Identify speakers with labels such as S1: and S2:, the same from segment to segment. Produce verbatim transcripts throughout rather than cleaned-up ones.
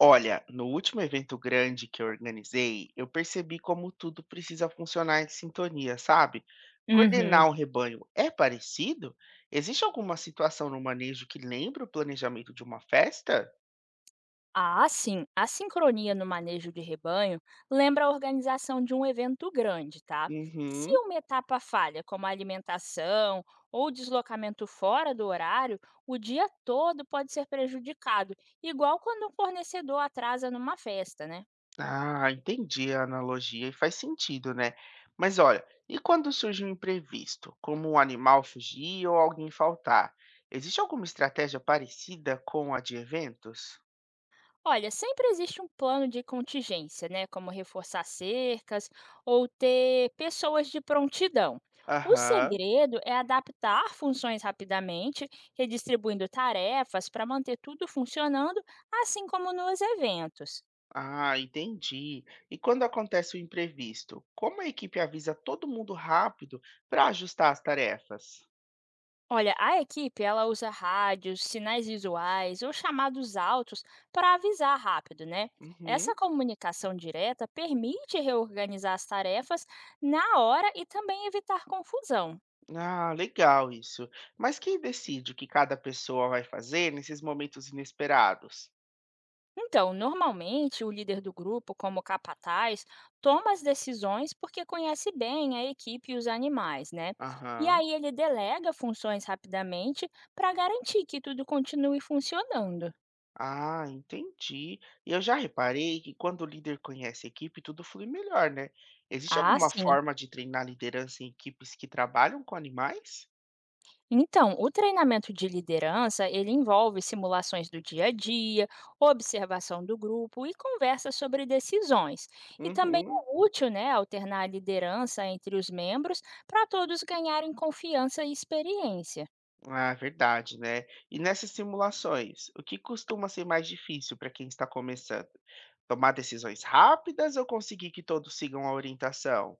S1: Olha, no último evento grande que eu organizei, eu percebi como tudo precisa funcionar em sintonia, sabe?
S2: Uhum.
S1: Coordenar um rebanho é parecido? Existe alguma situação no manejo que lembra o planejamento de uma festa?
S2: Ah, sim. A sincronia no manejo de rebanho lembra a organização de um evento grande, tá? Se
S1: Uhum.
S2: uma etapa falha, como a alimentação ou deslocamento fora do horário, o dia todo pode ser prejudicado, igual quando um fornecedor atrasa numa festa, né?
S1: Ah, entendi a analogia e faz sentido, né? Mas olha, e quando surge um imprevisto, como um animal fugir ou alguém faltar? Existe alguma estratégia parecida com a de eventos?
S2: Olha, sempre existe um plano de contingência, né? Como reforçar cercas ou ter pessoas de prontidão. O
S1: Aham.
S2: segredo é adaptar funções rapidamente, redistribuindo tarefas para manter tudo funcionando, assim como nos eventos.
S1: Ah, entendi. E quando acontece o imprevisto, como a equipe avisa todo mundo rápido para ajustar as tarefas?
S2: Olha, a equipe ela usa rádios, sinais visuais ou chamados altos para avisar rápido, né?
S1: Uhum.
S2: Essa comunicação direta permite reorganizar as tarefas na hora e também evitar confusão.
S1: Ah, legal isso. Mas quem decide o que cada pessoa vai fazer nesses momentos inesperados?
S2: Então, normalmente o líder do grupo, como capataz, toma as decisões porque conhece bem a equipe e os animais, né? E
S1: Aham.
S2: aí ele delega funções rapidamente para garantir que tudo continue funcionando.
S1: Ah, entendi. E eu já reparei que quando o líder conhece a equipe, tudo flui melhor, né? Existe
S2: Ah,
S1: alguma
S2: sim.
S1: forma de treinar liderança em equipes que trabalham com animais?
S2: Então, o treinamento de liderança, ele envolve simulações do dia a dia, observação do grupo e conversa sobre decisões. E também
S1: Uhum.
S2: é útil, né, alternar a liderança entre os membros para todos ganharem confiança e experiência.
S1: Ah, verdade, né? E nessas simulações, o que costuma ser mais difícil para quem está começando? Tomar decisões rápidas ou conseguir que todos sigam a orientação?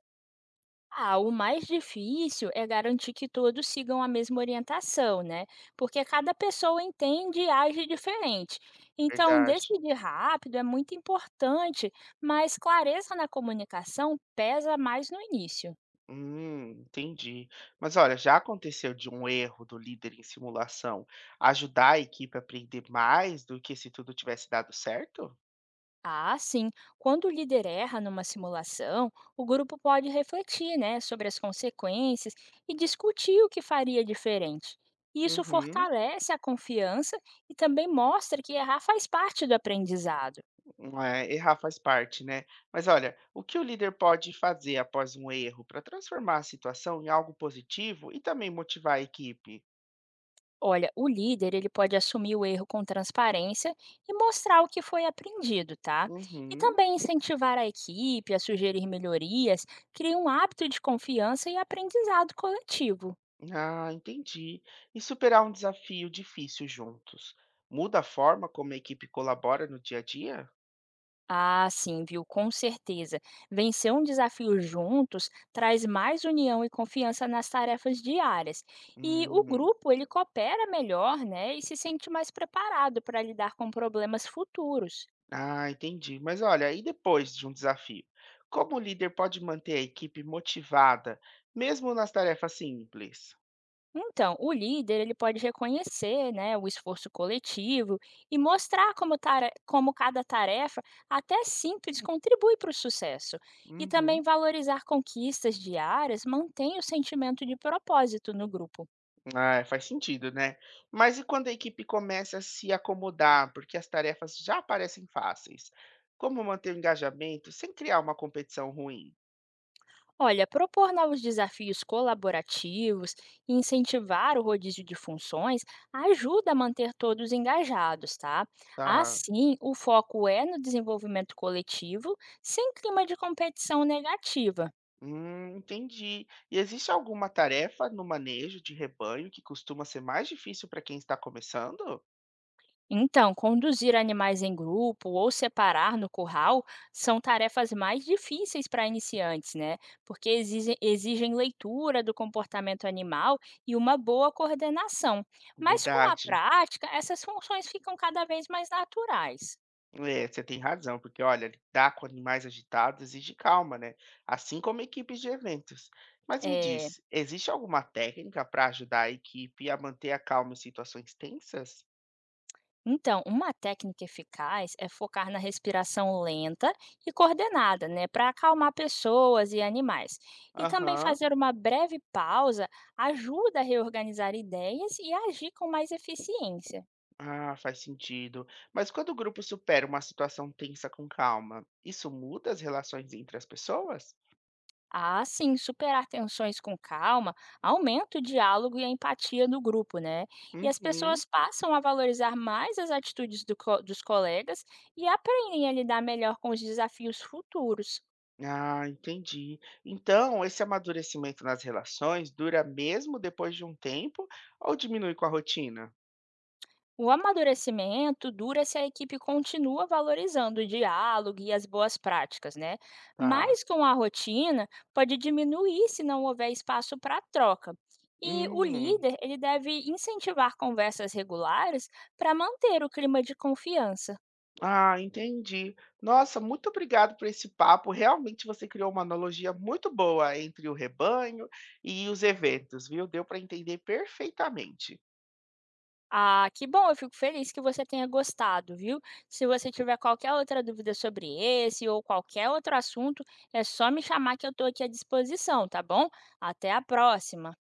S2: Ah, o mais difícil é garantir que todos sigam a mesma orientação, né? Porque cada pessoa entende e age diferente. Então,
S1: Verdade.
S2: decidir rápido é muito importante, mas clareza na comunicação pesa mais no início.
S1: Hum, entendi. Mas olha, já aconteceu de um erro do líder em simulação ajudar a equipe a aprender mais do que se tudo tivesse dado certo?
S2: Ah, sim. Quando o líder erra numa simulação, o grupo pode refletir, né, sobre as consequências e discutir o que faria diferente. Isso
S1: Uhum.
S2: fortalece a confiança e também mostra que errar faz parte do aprendizado.
S1: É, errar faz parte, né? Mas olha, o que o líder pode fazer após um erro para transformar a situação em algo positivo e também motivar a equipe?
S2: Olha, o líder ele pode assumir o erro com transparência e mostrar o que foi aprendido, tá? E
S1: Uhum.
S2: também incentivar a equipe a sugerir melhorias, cria um hábito de confiança e aprendizado coletivo.
S1: Ah, entendi. E superar um desafio difícil juntos. Muda a forma como a equipe colabora no dia a dia?
S2: Ah, sim, viu? Com certeza. Vencer um desafio juntos traz mais união e confiança nas tarefas diárias. E o
S1: Hum.
S2: grupo, ele coopera melhor, né? E se sente mais preparado para lidar com problemas futuros.
S1: Ah, entendi. Mas olha, e depois de um desafio? Como o líder pode manter a equipe motivada, mesmo nas tarefas simples?
S2: Então, o líder ele pode reconhecer, né, o esforço coletivo e mostrar como, tare- como cada tarefa, até simples, contribui para o sucesso. E também
S1: Uhum.
S2: valorizar conquistas diárias mantém o sentimento de propósito no grupo.
S1: Ah, faz sentido, né? Mas e quando a equipe começa a se acomodar, porque as tarefas já parecem fáceis? Como manter o engajamento sem criar uma competição ruim?
S2: Olha, propor novos desafios colaborativos e incentivar o rodízio de funções ajuda a manter todos engajados, tá?
S1: Tá.
S2: Assim, o foco é no desenvolvimento coletivo, sem clima de competição negativa.
S1: Hum, entendi. E existe alguma tarefa no manejo de rebanho que costuma ser mais difícil para quem está começando?
S2: Então, conduzir animais em grupo ou separar no curral são tarefas mais difíceis para iniciantes, né? Porque exigem, exigem leitura do comportamento animal e uma boa coordenação. Mas com a
S1: Verdade.
S2: prática, essas funções ficam cada vez mais naturais.
S1: É, você tem razão, porque olha, lidar com animais agitados exige calma, né? Assim como equipes de eventos. Mas me
S2: Eh,
S1: diz, existe alguma técnica para ajudar a equipe a manter a calma em situações tensas?
S2: Então, uma técnica eficaz é focar na respiração lenta e coordenada, né, para acalmar pessoas e animais. E também
S1: Aham.
S2: fazer uma breve pausa ajuda a reorganizar ideias e agir com mais eficiência.
S1: Ah, faz sentido. Mas quando o grupo supera uma situação tensa com calma, isso muda as relações entre as pessoas?
S2: Assim, superar tensões com calma aumenta o diálogo e a empatia do grupo, né? E as
S1: Uhum.
S2: pessoas passam a valorizar mais as atitudes do co- dos colegas e aprendem a lidar melhor com os desafios futuros.
S1: Ah, entendi. Então, esse amadurecimento nas relações dura mesmo depois de um tempo ou diminui com a rotina?
S2: O amadurecimento dura se a equipe continua valorizando o diálogo e as boas práticas, né?
S1: Tá.
S2: Mas com a rotina, pode diminuir se não houver espaço para troca. E o
S1: Hum.
S2: líder, ele deve incentivar conversas regulares para manter o clima de confiança.
S1: Ah, entendi. Nossa, muito obrigado por esse papo. Realmente você criou uma analogia muito boa entre o rebanho e os eventos, viu? Deu para entender perfeitamente.
S2: Ah, que bom, eu fico feliz que você tenha gostado, viu? Se você tiver qualquer outra dúvida sobre esse ou qualquer outro assunto, é só me chamar que eu estou aqui à disposição, tá bom? Até a próxima!